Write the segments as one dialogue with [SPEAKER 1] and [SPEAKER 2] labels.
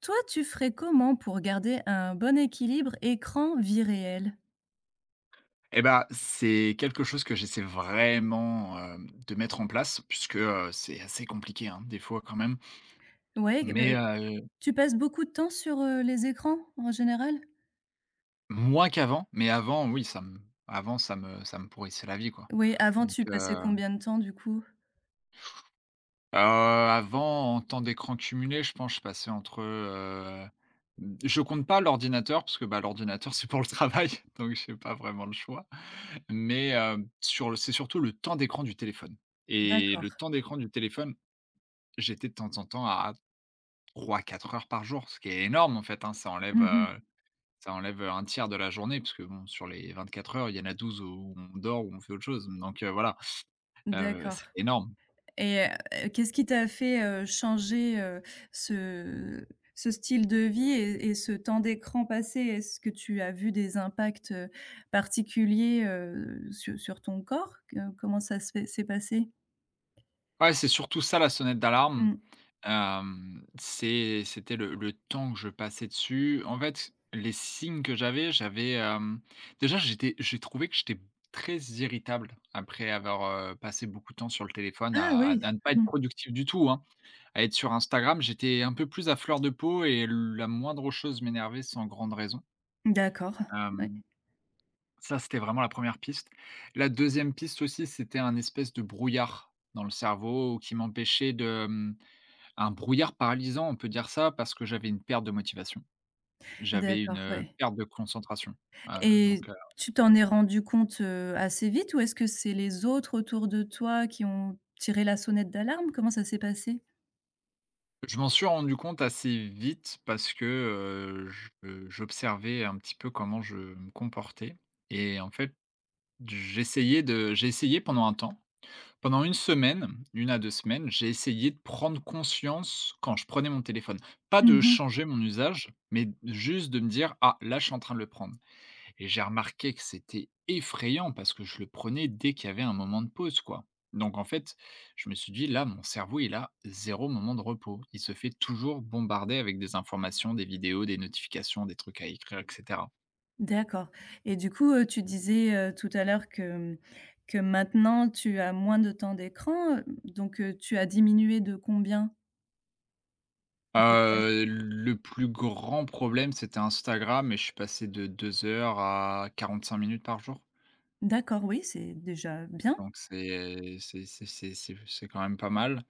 [SPEAKER 1] Toi, tu ferais comment pour garder un bon équilibre écran-vie réelle?
[SPEAKER 2] Et ben, c'est quelque chose que j'essaie vraiment, de mettre en place puisque, c'est assez compliqué, hein, des fois quand même.
[SPEAKER 1] Ouais, bah,
[SPEAKER 2] Mais, heu,
[SPEAKER 1] tu passes beaucoup de temps sur, les écrans, en général?
[SPEAKER 2] Moins qu'avant, mais avant oui, ça me avant ça me pourrissait la vie, quoi.
[SPEAKER 1] Oui, avant
[SPEAKER 2] Donc,
[SPEAKER 1] tu
[SPEAKER 2] heu
[SPEAKER 1] passais
[SPEAKER 2] heu,
[SPEAKER 1] combien de temps, du coup?
[SPEAKER 2] Avant en temps d'écran cumulé, je pense que je passais entre, je compte pas l'ordinateur parce que, bah, l'ordinateur c'est pour le travail donc j'ai pas vraiment le choix. Sur le C'est surtout le temps d'écran du téléphone et le
[SPEAKER 1] D'accord.
[SPEAKER 2] temps d'écran du téléphone, j'étais de temps en temps à 3-4 heures par jour, ce qui est énorme en fait, hein. Ça enlève,
[SPEAKER 1] Mmh.
[SPEAKER 2] ça enlève un tiers de la journée parce que bon, sur les 24 heures, il y en a 12 où on dort, où on fait autre chose, donc voilà, c'est
[SPEAKER 1] D'accord
[SPEAKER 2] énorme.
[SPEAKER 1] et qu'est-ce qui t'a fait, changer, ce ce style de vie et ce temps d'écran passé? Est-ce que tu as vu des impacts, particuliers, sur ton corps? Que Comment ça se fait s'est passé?
[SPEAKER 2] Ouais, c'est surtout ça la sonnette d'alarme,
[SPEAKER 1] Mmh.
[SPEAKER 2] c'était le temps que je passais dessus. En fait, les signes que j'avais, déjà j'ai trouvé que j'étais très irritable après avoir, passé beaucoup de temps sur le téléphone à
[SPEAKER 1] Ah oui!
[SPEAKER 2] ne pas être
[SPEAKER 1] Mmh.
[SPEAKER 2] productif du tout, hein. À être sur Instagram, j'étais un peu plus à fleur de peau et la moindre chose m'énervait sans grande raison.
[SPEAKER 1] D'accord, ouais.
[SPEAKER 2] Hem, ça, c'était vraiment la première piste. La deuxième piste aussi, c'était un espèce de brouillard dans le cerveau qui m'empêchait de, un brouillard paralysant, on peut dire ça, parce que j'avais une perte de motivation. J'avais une,
[SPEAKER 1] D'accord, ouais,
[SPEAKER 2] perte de concentration. Heu,
[SPEAKER 1] et
[SPEAKER 2] donc, heu,
[SPEAKER 1] tu t'en es rendu compte, assez vite, ou est-ce que c'est les autres autour de toi qui ont tiré la sonnette d'alarme? Comment ça s'est passé?
[SPEAKER 2] je m'en suis rendu compte assez vite parce que, je j'observais un petit peu comment je me comportais et en fait j'ai essayé pendant un temps, pendant une semaine, une à 2 semaines, j'ai essayé de prendre conscience quand je prenais mon téléphone. Pas de
[SPEAKER 1] Mmh.
[SPEAKER 2] changer mon usage, mais juste de me dire: «Ah, là, je suis en train de le prendre» et j'ai remarqué que c'était effrayant parce que je le prenais dès qu'il y avait un moment de pause, quoi. Donc en fait, je me suis dit: «Là, mon cerveau, il a zéro moment de repos. Il se fait toujours bombarder avec des informations, des vidéos, des notifications, des trucs à écrire etc.»
[SPEAKER 1] D'accord et du coup, tu disais, tout à l'heure que, que maintenant tu as moins de temps d'écran, donc tu as diminué de combien? Ouais.
[SPEAKER 2] Le plus grand problème, c'était Instagram et je suis passé de 2 heures à 45 minutes par jour.
[SPEAKER 1] D'accord, oui, c'est déjà bien.
[SPEAKER 2] Donc c'est quand même pas mal.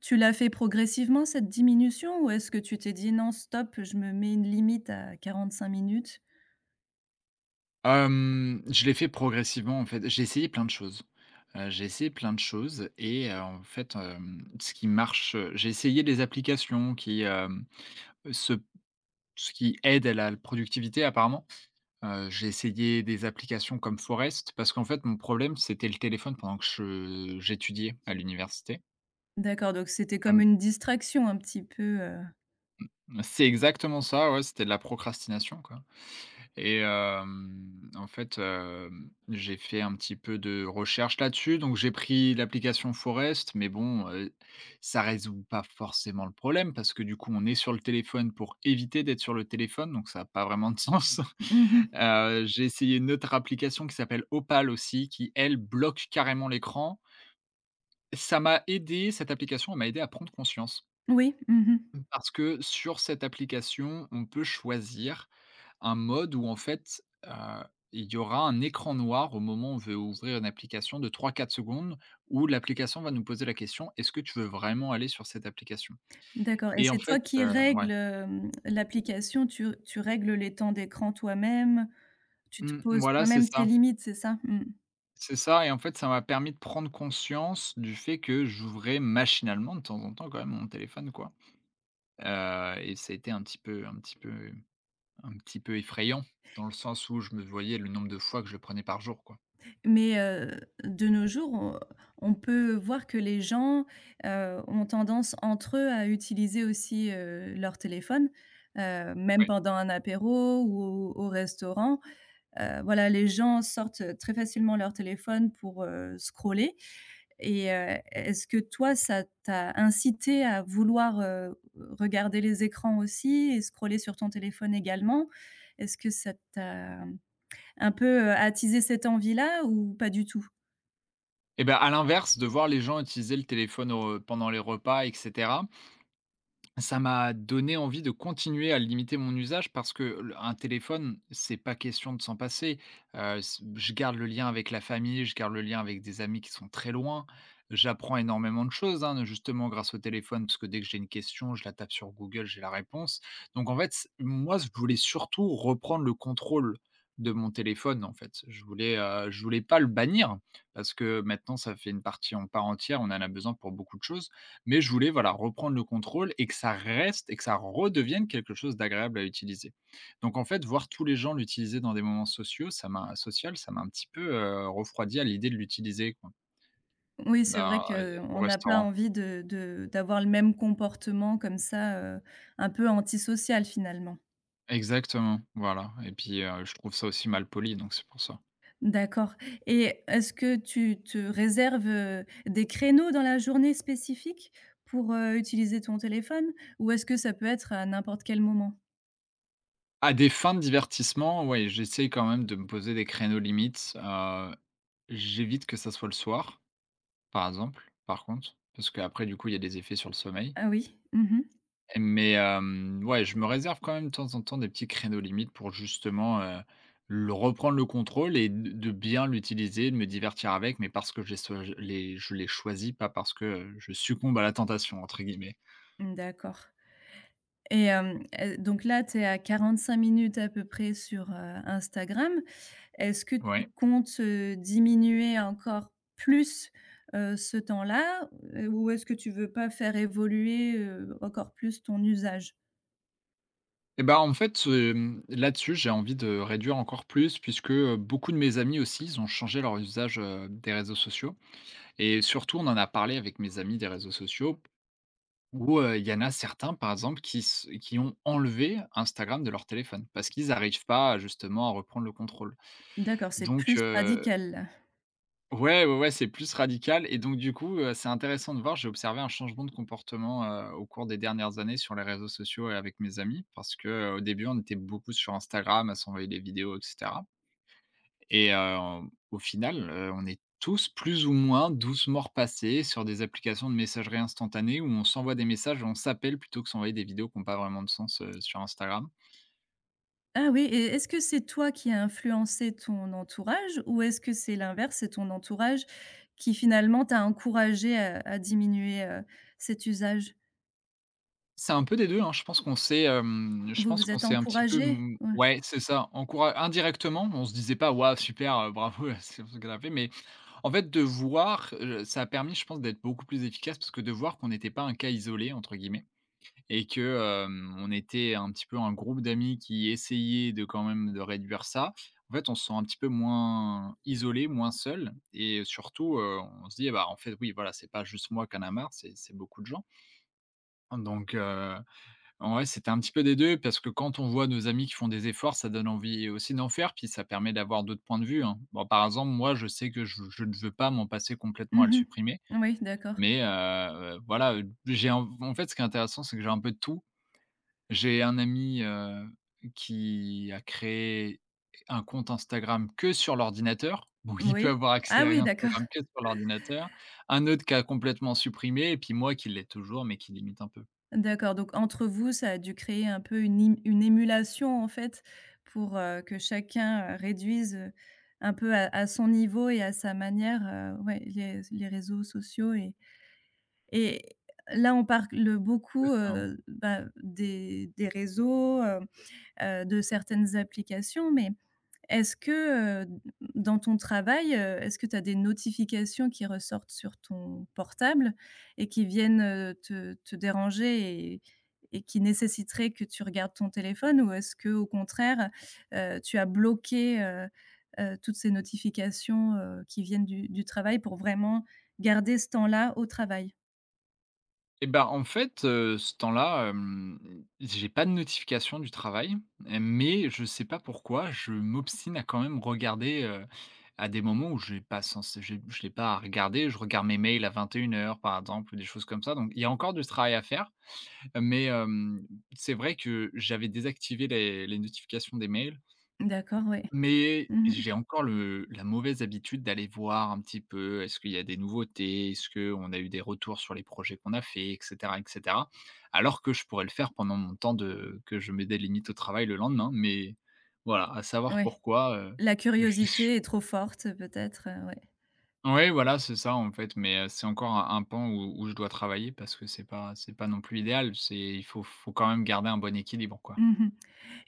[SPEAKER 1] Tu l'as fait progressivement, cette diminution, ou est-ce que tu t'es dit: «Non stop, je me mets une limite à quarante-cinq minutes»?
[SPEAKER 2] Je l'ai fait progressivement, en fait. J'ai essayé plein de choses. J'ai essayé plein de choses et en fait, ce qui marche, j'ai essayé des applications qui, hem, se ce qui aident à la productivité apparemment. J'ai essayé des applications comme Forest parce qu'en fait, mon problème, c'était le téléphone pendant que je j'étudiais à l'université.
[SPEAKER 1] D'accord, donc c'était comme
[SPEAKER 2] Hem,
[SPEAKER 1] une distraction un petit peu,
[SPEAKER 2] c'est exactement ça, ouais, c'était de la procrastination, quoi. En fait, j'ai fait un petit peu de recherche là-dessus, donc j'ai pris l'application Forest, mais bon, ça résout pas forcément le problème parce que du coup, on est sur le téléphone pour éviter d'être sur le téléphone, donc ça a pas vraiment de sens.
[SPEAKER 1] mmh
[SPEAKER 2] J'ai essayé une autre application qui s'appelle Opal aussi, qui elle bloque carrément l'écran. Ça m'a aidé, cette application, elle m'a aidé à prendre conscience.
[SPEAKER 1] Oui, mmh.
[SPEAKER 2] Mmh. Parce que sur cette application, on peut choisir un mode où en fait, il y aura un écran noir au moment où on veut ouvrir une application de 3-4 secondes où l'application va nous poser la question: «Est-ce que tu veux vraiment aller sur cette application?»
[SPEAKER 1] D'accord, et
[SPEAKER 2] et en
[SPEAKER 1] c'est toi
[SPEAKER 2] fait,
[SPEAKER 1] qui
[SPEAKER 2] ouais.
[SPEAKER 1] règles, l'application, tu règles les temps d'écran toi-même? Tu te
[SPEAKER 2] Mmh,
[SPEAKER 1] poses
[SPEAKER 2] voilà, c'est
[SPEAKER 1] toi-même tes
[SPEAKER 2] ça.
[SPEAKER 1] limites, c'est ça? Mmh.
[SPEAKER 2] C'est ça et en fait, ça m'a permis de prendre conscience du fait que j'ouvrais machinalement de temps en temps quand même mon téléphone, quoi, et ça a été un petit peu effrayant dans le sens où je me voyais le nombre de fois que je le prenais par jour, quoi.
[SPEAKER 1] Mais, de nos jours, on peut voir que les gens, ont tendance entre eux à utiliser aussi, leur téléphone, même
[SPEAKER 2] Oui.
[SPEAKER 1] pendant un apéro ou au restaurant. Voilà, les gens sortent très facilement leur téléphone pour, scroller, et est-ce que toi, ça t'a incité à vouloir, regarder les écrans aussi et scroller sur ton téléphone également? Est-ce que ça t'a un peu, attiser cette envie-là, ou pas du tout?
[SPEAKER 2] Et ben à l'inverse, de voir les gens utiliser le téléphone au pendant les repas et cetera, ça m'a donné envie de continuer à limiter mon usage parce que un téléphone, c'est pas question de s'en passer. S Je garde le lien avec la famille, je garde le lien avec des amis qui sont très loin. J'apprends énormément de choses, hein, justement grâce au téléphone, parce que dès que j'ai une question, je la tape sur Google, j'ai la réponse. Donc en fait, c moi, je voulais surtout reprendre le contrôle de mon téléphone, en fait. Je voulais pas le bannir parce que maintenant ça fait une partie en part entière, on en a besoin pour beaucoup de choses mais je voulais, voilà, reprendre le contrôle et que ça redevienne quelque chose d'agréable à utiliser. Donc en fait, voir tous les gens l'utiliser dans des moments sociaux, ça m'a un petit peu, refroidi à l'idée de l'utiliser quoi,
[SPEAKER 1] Oui, c'est vrai
[SPEAKER 2] dans au
[SPEAKER 1] qu'on n'a pas
[SPEAKER 2] restaurant.
[SPEAKER 1] envie de d'avoir le même comportement comme ça, un peu antisocial finalement.
[SPEAKER 2] Exactement, voilà et puis, je trouve ça aussi mal poli, donc c'est pour ça.
[SPEAKER 1] D'accord, et est-ce que tu te réserves, des créneaux dans la journée spécifiques pour, utiliser ton téléphone? Ou est-ce que ça peut être à n'importe quel moment?
[SPEAKER 2] À des fins de divertissement, ouais, j'essaie quand même de me poser des créneaux limites, j'évite que ça soit le soir, par exemple, par contre, parce qu'après du coup, il y a des effets sur le sommeil.
[SPEAKER 1] Ah oui? Mmh mh.
[SPEAKER 2] Ouais, je me réserve quand même de temps en temps des petits créneaux limites pour justement, le reprendre le contrôle et de bien l'utiliser, de me divertir avec, mais parce que j'ai ce je les je l'ai choisi, pas parce que, je «succombe à la tentation» entre guillemets.
[SPEAKER 1] Mmh, d'accord, et donc là, tu es à 45 minutes à peu près sur, Instagram. Est-ce que tu
[SPEAKER 2] Ouais.
[SPEAKER 1] comptes, diminuer encore plus, ce temps-là? Ou est-ce que tu veux pas faire évoluer, encore plus ton usage?
[SPEAKER 2] Et ben en fait, là-dessus, j'ai envie de réduire encore plus puisque, beaucoup de mes amis aussi, ils ont changé leur usage, des réseaux sociaux et surtout, on en a parlé avec mes amis des réseaux sociaux. Il y en a certains, par exemple, qui ont enlevé Instagram de leur téléphone, parce qu'ils n'arrivent pas, justement, à reprendre le contrôle.
[SPEAKER 1] D'accord, c'est
[SPEAKER 2] Donc,
[SPEAKER 1] plus
[SPEAKER 2] heu,
[SPEAKER 1] radical là.
[SPEAKER 2] ouais, ouais, ouais, c'est plus radical et donc du coup, c'est intéressant de voir. J'ai observé un changement de comportement, au cours des dernières années sur les réseaux sociaux et avec mes amis parce que, au début, on était beaucoup sur Instagram à s'envoyer des vidéos et cetera. Et heu, au final, on est tous plus ou moins 12 morts passés sur des applications de messagerie instantanée où on s'envoie des messages, on s'appelle plutôt que s'envoyer des vidéos qui n'ont pas vraiment de sens, sur Instagram.
[SPEAKER 1] Ah oui, et est-ce que c'est toi qui as influencé ton entourage, ou est-ce que c'est l'inverse, c'est ton entourage qui finalement t'a encouragé à diminuer, cet usage?
[SPEAKER 2] C'est un peu des deux, hein, je
[SPEAKER 1] Vous
[SPEAKER 2] pense
[SPEAKER 1] vous
[SPEAKER 2] qu'on
[SPEAKER 1] êtes
[SPEAKER 2] s'est un petit peu,
[SPEAKER 1] encouragés? Ouais.
[SPEAKER 2] ouais, c'est ça, encoura indirectement, on se disait pas: «Waouh, super, bravo», c'est pour ça qu'elle a, mais en fait, de voir, ça a permis, je pense, d'être beaucoup plus efficace parce que de voir qu'on n'était pas un cas isolé, entre guillemets, et que, on était un petit peu un groupe d'amis qui essayait de quand même de réduire ça. En fait, on se sent un petit peu moins isolé, moins seul et surtout, on se dit: «Bah, en fait, oui, voilà, c'est pas juste moi qui en a marre, c'est beaucoup de gens». Donc heu, ouais, c'était un petit peu des 2 parce que quand on voit nos amis qui font des efforts, ça donne envie aussi d'en faire, puis ça permet d'avoir d'autres points de vue, hein. Bon, par exemple, moi, je sais que je ne veux pas m'en passer complètement à le
[SPEAKER 1] Mmh.
[SPEAKER 2] supprimer,
[SPEAKER 1] Oui, d'accord.
[SPEAKER 2] mais voilà, j'ai en en fait, ce qui est intéressant, c'est que j'ai un peu de tout. J'ai un ami, qui a créé un compte Instagram que sur l'ordinateur, donc il peut
[SPEAKER 1] Oui.
[SPEAKER 2] avoir accès
[SPEAKER 1] Ah
[SPEAKER 2] à
[SPEAKER 1] oui, d'accord.
[SPEAKER 2] Instagram que sur l'ordinateur. Un autre qui a complètement supprimé et puis moi qui l'ai toujours, mais qui limite un peu.
[SPEAKER 1] D'accord, donc entre vous, ça a dû créer un peu une émulation, en fait, pour, que chacun, réduise, un peu à son niveau et à sa manière, ouais, les réseaux sociaux, et là, on parle beaucoup,
[SPEAKER 2] Exactement.
[SPEAKER 1] bah, des réseaux, de certaines applications, mais est-ce que, dans ton travail, est-ce que tu as des notifications qui ressortent sur ton portable et qui viennent, te déranger, et qui nécessiteraient que tu regardes ton téléphone? Ou est-ce que au contraire, tu as bloqué, toutes ces notifications, qui viennent du travail pour vraiment garder ce temps-là au travail?
[SPEAKER 2] Et ben en fait, ce temps-là, j'ai pas de notification du travail, mais je sais pas pourquoi, je m'obstine à quand même regarder, à des moments où j'ai pas censé j'ai je l'ai pas à regarder. Je regarde mes mails à 21 heures par exemple ou des choses comme ça, donc il y a encore du travail à faire. Mais hem, c'est vrai que j'avais désactivé les notifications des mails,
[SPEAKER 1] D'accord, oui.
[SPEAKER 2] mais
[SPEAKER 1] Mmh.
[SPEAKER 2] j'ai encore le la mauvaise habitude d'aller voir un petit peu, est-ce qu'il y a des nouveautés? Est-ce qu'on a eu des retours sur les projets qu'on a fait? Et cetera et cetera. Alors que je pourrais le faire pendant mon temps de que je mets des limites au travail le lendemain, mais voilà, à savoir
[SPEAKER 1] Ouais.
[SPEAKER 2] pourquoi,
[SPEAKER 1] La
[SPEAKER 2] je
[SPEAKER 1] curiosité est trop forte peut-être, ouais.
[SPEAKER 2] ouais, voilà, c'est ça, en fait, mais c'est encore un pan où je dois travailler parce que c'est pas non plus idéal. C'est il faut quand même garder un bon équilibre, quoi.
[SPEAKER 1] Mmh.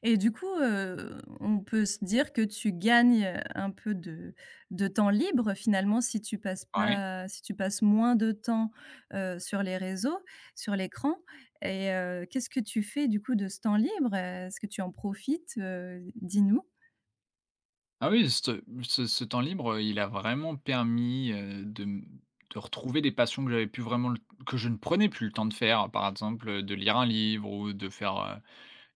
[SPEAKER 1] Et du coup, on peut se dire que tu gagnes, un peu de temps libre finalement, si tu passes
[SPEAKER 2] Ouais.
[SPEAKER 1] pas, si tu passes moins de temps, sur les réseaux, sur l'écran, et qu'est-ce que tu fais du coup de ce temps libre? Est-ce que tu en profites, dis-nous?
[SPEAKER 2] Ah oui, ce temps libre, il a vraiment permis, de m de retrouver des passions que j'avais plus vraiment le que je ne prenais plus le temps de faire. Par exemple, de lire un livre ou de faire,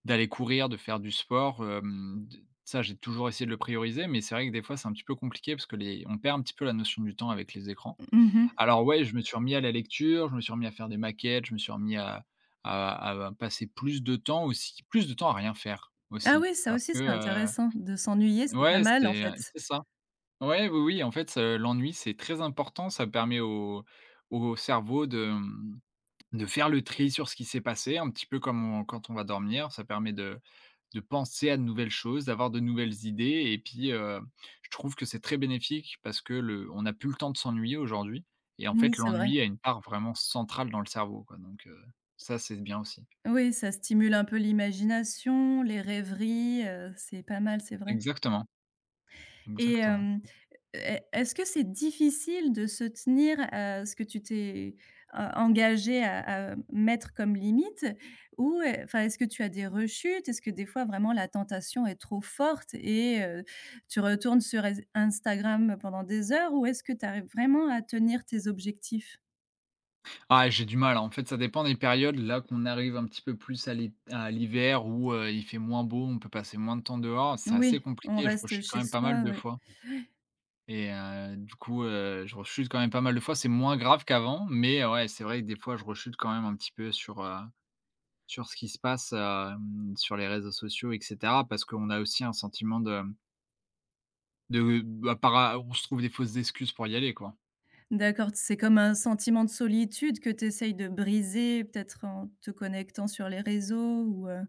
[SPEAKER 2] d'aller courir, de faire du sport, d ça, j'ai toujours essayé de le prioriser, mais c'est vrai que des fois, c'est un petit peu compliqué parce que les on perd un petit peu la notion du temps avec les écrans.
[SPEAKER 1] Mmh mh.
[SPEAKER 2] Alors ouais, je me suis remis à la lecture, je me suis remis à faire des maquettes, je me suis remis à passer plus de temps aussi plus de temps à rien faire
[SPEAKER 1] Ah
[SPEAKER 2] aussi
[SPEAKER 1] oui, ça
[SPEAKER 2] parce
[SPEAKER 1] aussi
[SPEAKER 2] que,
[SPEAKER 1] c'est
[SPEAKER 2] heu
[SPEAKER 1] intéressant, de s'ennuyer, c'est pas
[SPEAKER 2] ouais,
[SPEAKER 1] mal en fait.
[SPEAKER 2] c'est ça. Ouais, oui, oui, en fait, l'ennui, c'est très important. Ça permet au cerveau de, mmh, de faire le tri sur ce qui s'est passé, un petit peu comme on quand on va dormir. Ça permet de penser à de nouvelles choses, d'avoir de nouvelles idées et puis, je trouve que c'est très bénéfique parce que le on n'a plus le temps de s'ennuyer aujourd'hui et en
[SPEAKER 1] Oui,
[SPEAKER 2] fait,
[SPEAKER 1] c'est vrai.
[SPEAKER 2] l'ennui a une part vraiment centrale dans le cerveau, quoi, donc ça, c'est bien aussi.
[SPEAKER 1] Oui, ça stimule un peu l'imagination, les rêveries, c'est pas mal, c'est vrai.
[SPEAKER 2] Exactement,
[SPEAKER 1] Et
[SPEAKER 2] exactement.
[SPEAKER 1] hem, e est-ce que c'est difficile de se tenir à ce que tu t'es en engagé à mettre comme limite? Ou enfin, est-ce que tu as des rechutes? Est-ce que des fois vraiment la tentation est trop forte, et tu retournes sur Instagram pendant des heures? Ou est-ce que tu arrives vraiment à tenir tes objectifs?
[SPEAKER 2] Ah, j'ai du mal, hein. En fait, ça dépend des périodes. Là, qu'on arrive un petit peu plus à l'hi à l'hiver où, il fait moins beau, on peut passer moins de temps dehors, c'est assez
[SPEAKER 1] Oui, on
[SPEAKER 2] compliqué. Je
[SPEAKER 1] reste
[SPEAKER 2] rechute quand
[SPEAKER 1] chez
[SPEAKER 2] même pas mal
[SPEAKER 1] soi,
[SPEAKER 2] de
[SPEAKER 1] ouais.
[SPEAKER 2] fois et du coup, je rechute quand même pas mal de fois. C'est moins grave qu'avant, mais ouais, c'est vrai que des fois, je rechute quand même un petit peu sur, sur ce qui se passe, sur les réseaux sociaux et cetera parce qu'on a aussi un sentiment de bah, para on se trouve des fausses excuses pour y aller, quoi.
[SPEAKER 1] D'accord, c'est comme un sentiment de solitude que tu essayes de briser peut-être en te connectant sur les réseaux, ou heu,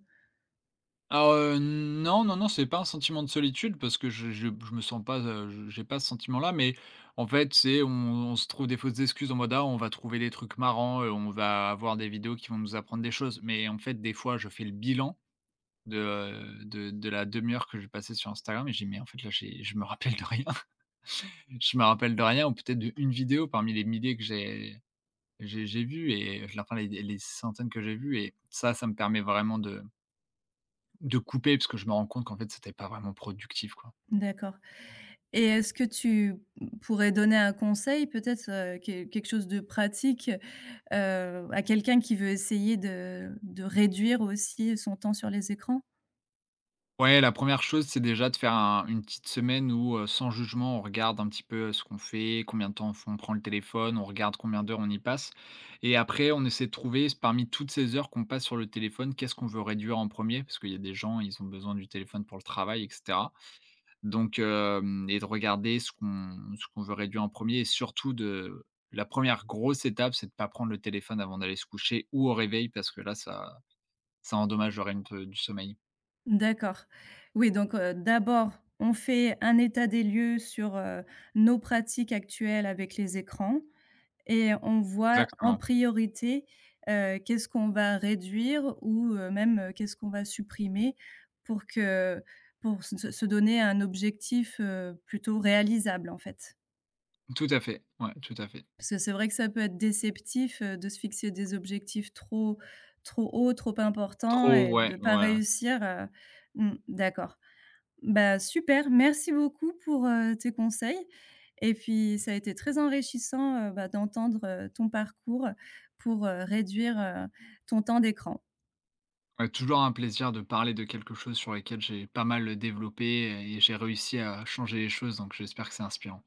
[SPEAKER 2] Alors, non, non, non, c'est pas un sentiment de solitude parce que je me sens pas, je j'ai pas ce sentiment-là, mais en fait, c'est on se trouve des fausses excuses en mode: «Ah, on va trouver des trucs marrants, on va avoir des vidéos qui vont nous apprendre des choses». Mais en fait, des fois, je fais le bilan de, de la demi-heure que j'ai passée sur Instagram et j'ai dis: «Mais en fait, là, j'ai je me rappelle de rien, je me rappelle de rien» ou peut-être d'1 vidéo parmi les milliers que j'ai j'ai vues et enfin les centaines que j'ai vues et ça me permet vraiment de couper, parce que je me rends compte qu'en fait, c'était pas vraiment productif, quoi.
[SPEAKER 1] d'accord. Et est-ce que tu pourrais donner un conseil peut-être, quelque chose de pratique, à quelqu'un qui veut essayer de réduire aussi son temps sur les écrans?
[SPEAKER 2] Ouais, la première chose, c'est déjà de faire un une petite semaine où, sans jugement, on regarde un petit peu, ce qu'on fait, combien de temps on prend le téléphone, on regarde combien d'heures on y passe et après on essaie de trouver parmi toutes ces heures qu'on passe sur le téléphone, qu'est-ce qu'on veut réduire en premier. Parce qu'il y a des gens, ils ont besoin du téléphone pour le travail et cetera. Donc hem et de regarder ce qu'on veut réduire en premier et surtout de la première grosse étape, c'est de ne pas prendre le téléphone avant d'aller se coucher ou au réveil parce que là, ça ça endommage le rythme de du sommeil.
[SPEAKER 1] D'accord. Oui donc, d'abord on fait un état des lieux sur, nos pratiques actuelles avec les écrans. Et on voit en
[SPEAKER 2] Exactement.
[SPEAKER 1] priorité, qu'est-ce qu'on va réduire ou même, qu'est-ce qu'on va supprimer pour que pour se donner un objectif, plutôt réalisable, en fait.
[SPEAKER 2] Tout à fait, ouais, tout à fait.
[SPEAKER 1] Parce que c'est vrai que ça peut être déceptif, de se fixer des objectifs trop hauts, trop importants,
[SPEAKER 2] Trop,
[SPEAKER 1] et
[SPEAKER 2] ouais,
[SPEAKER 1] de pas
[SPEAKER 2] voilà.
[SPEAKER 1] réussir, mmh, d'accord. Bah, super, merci beaucoup pour, tes conseils, et puis ça a été très enrichissant, bah, d'entendre, ton parcours pour, réduire, ton temps d'écran.
[SPEAKER 2] Ouais, toujours un plaisir de parler de quelque chose sur lequel j'ai pas mal développé et j'ai réussi à changer les choses, donc j'espère que c'est inspirant.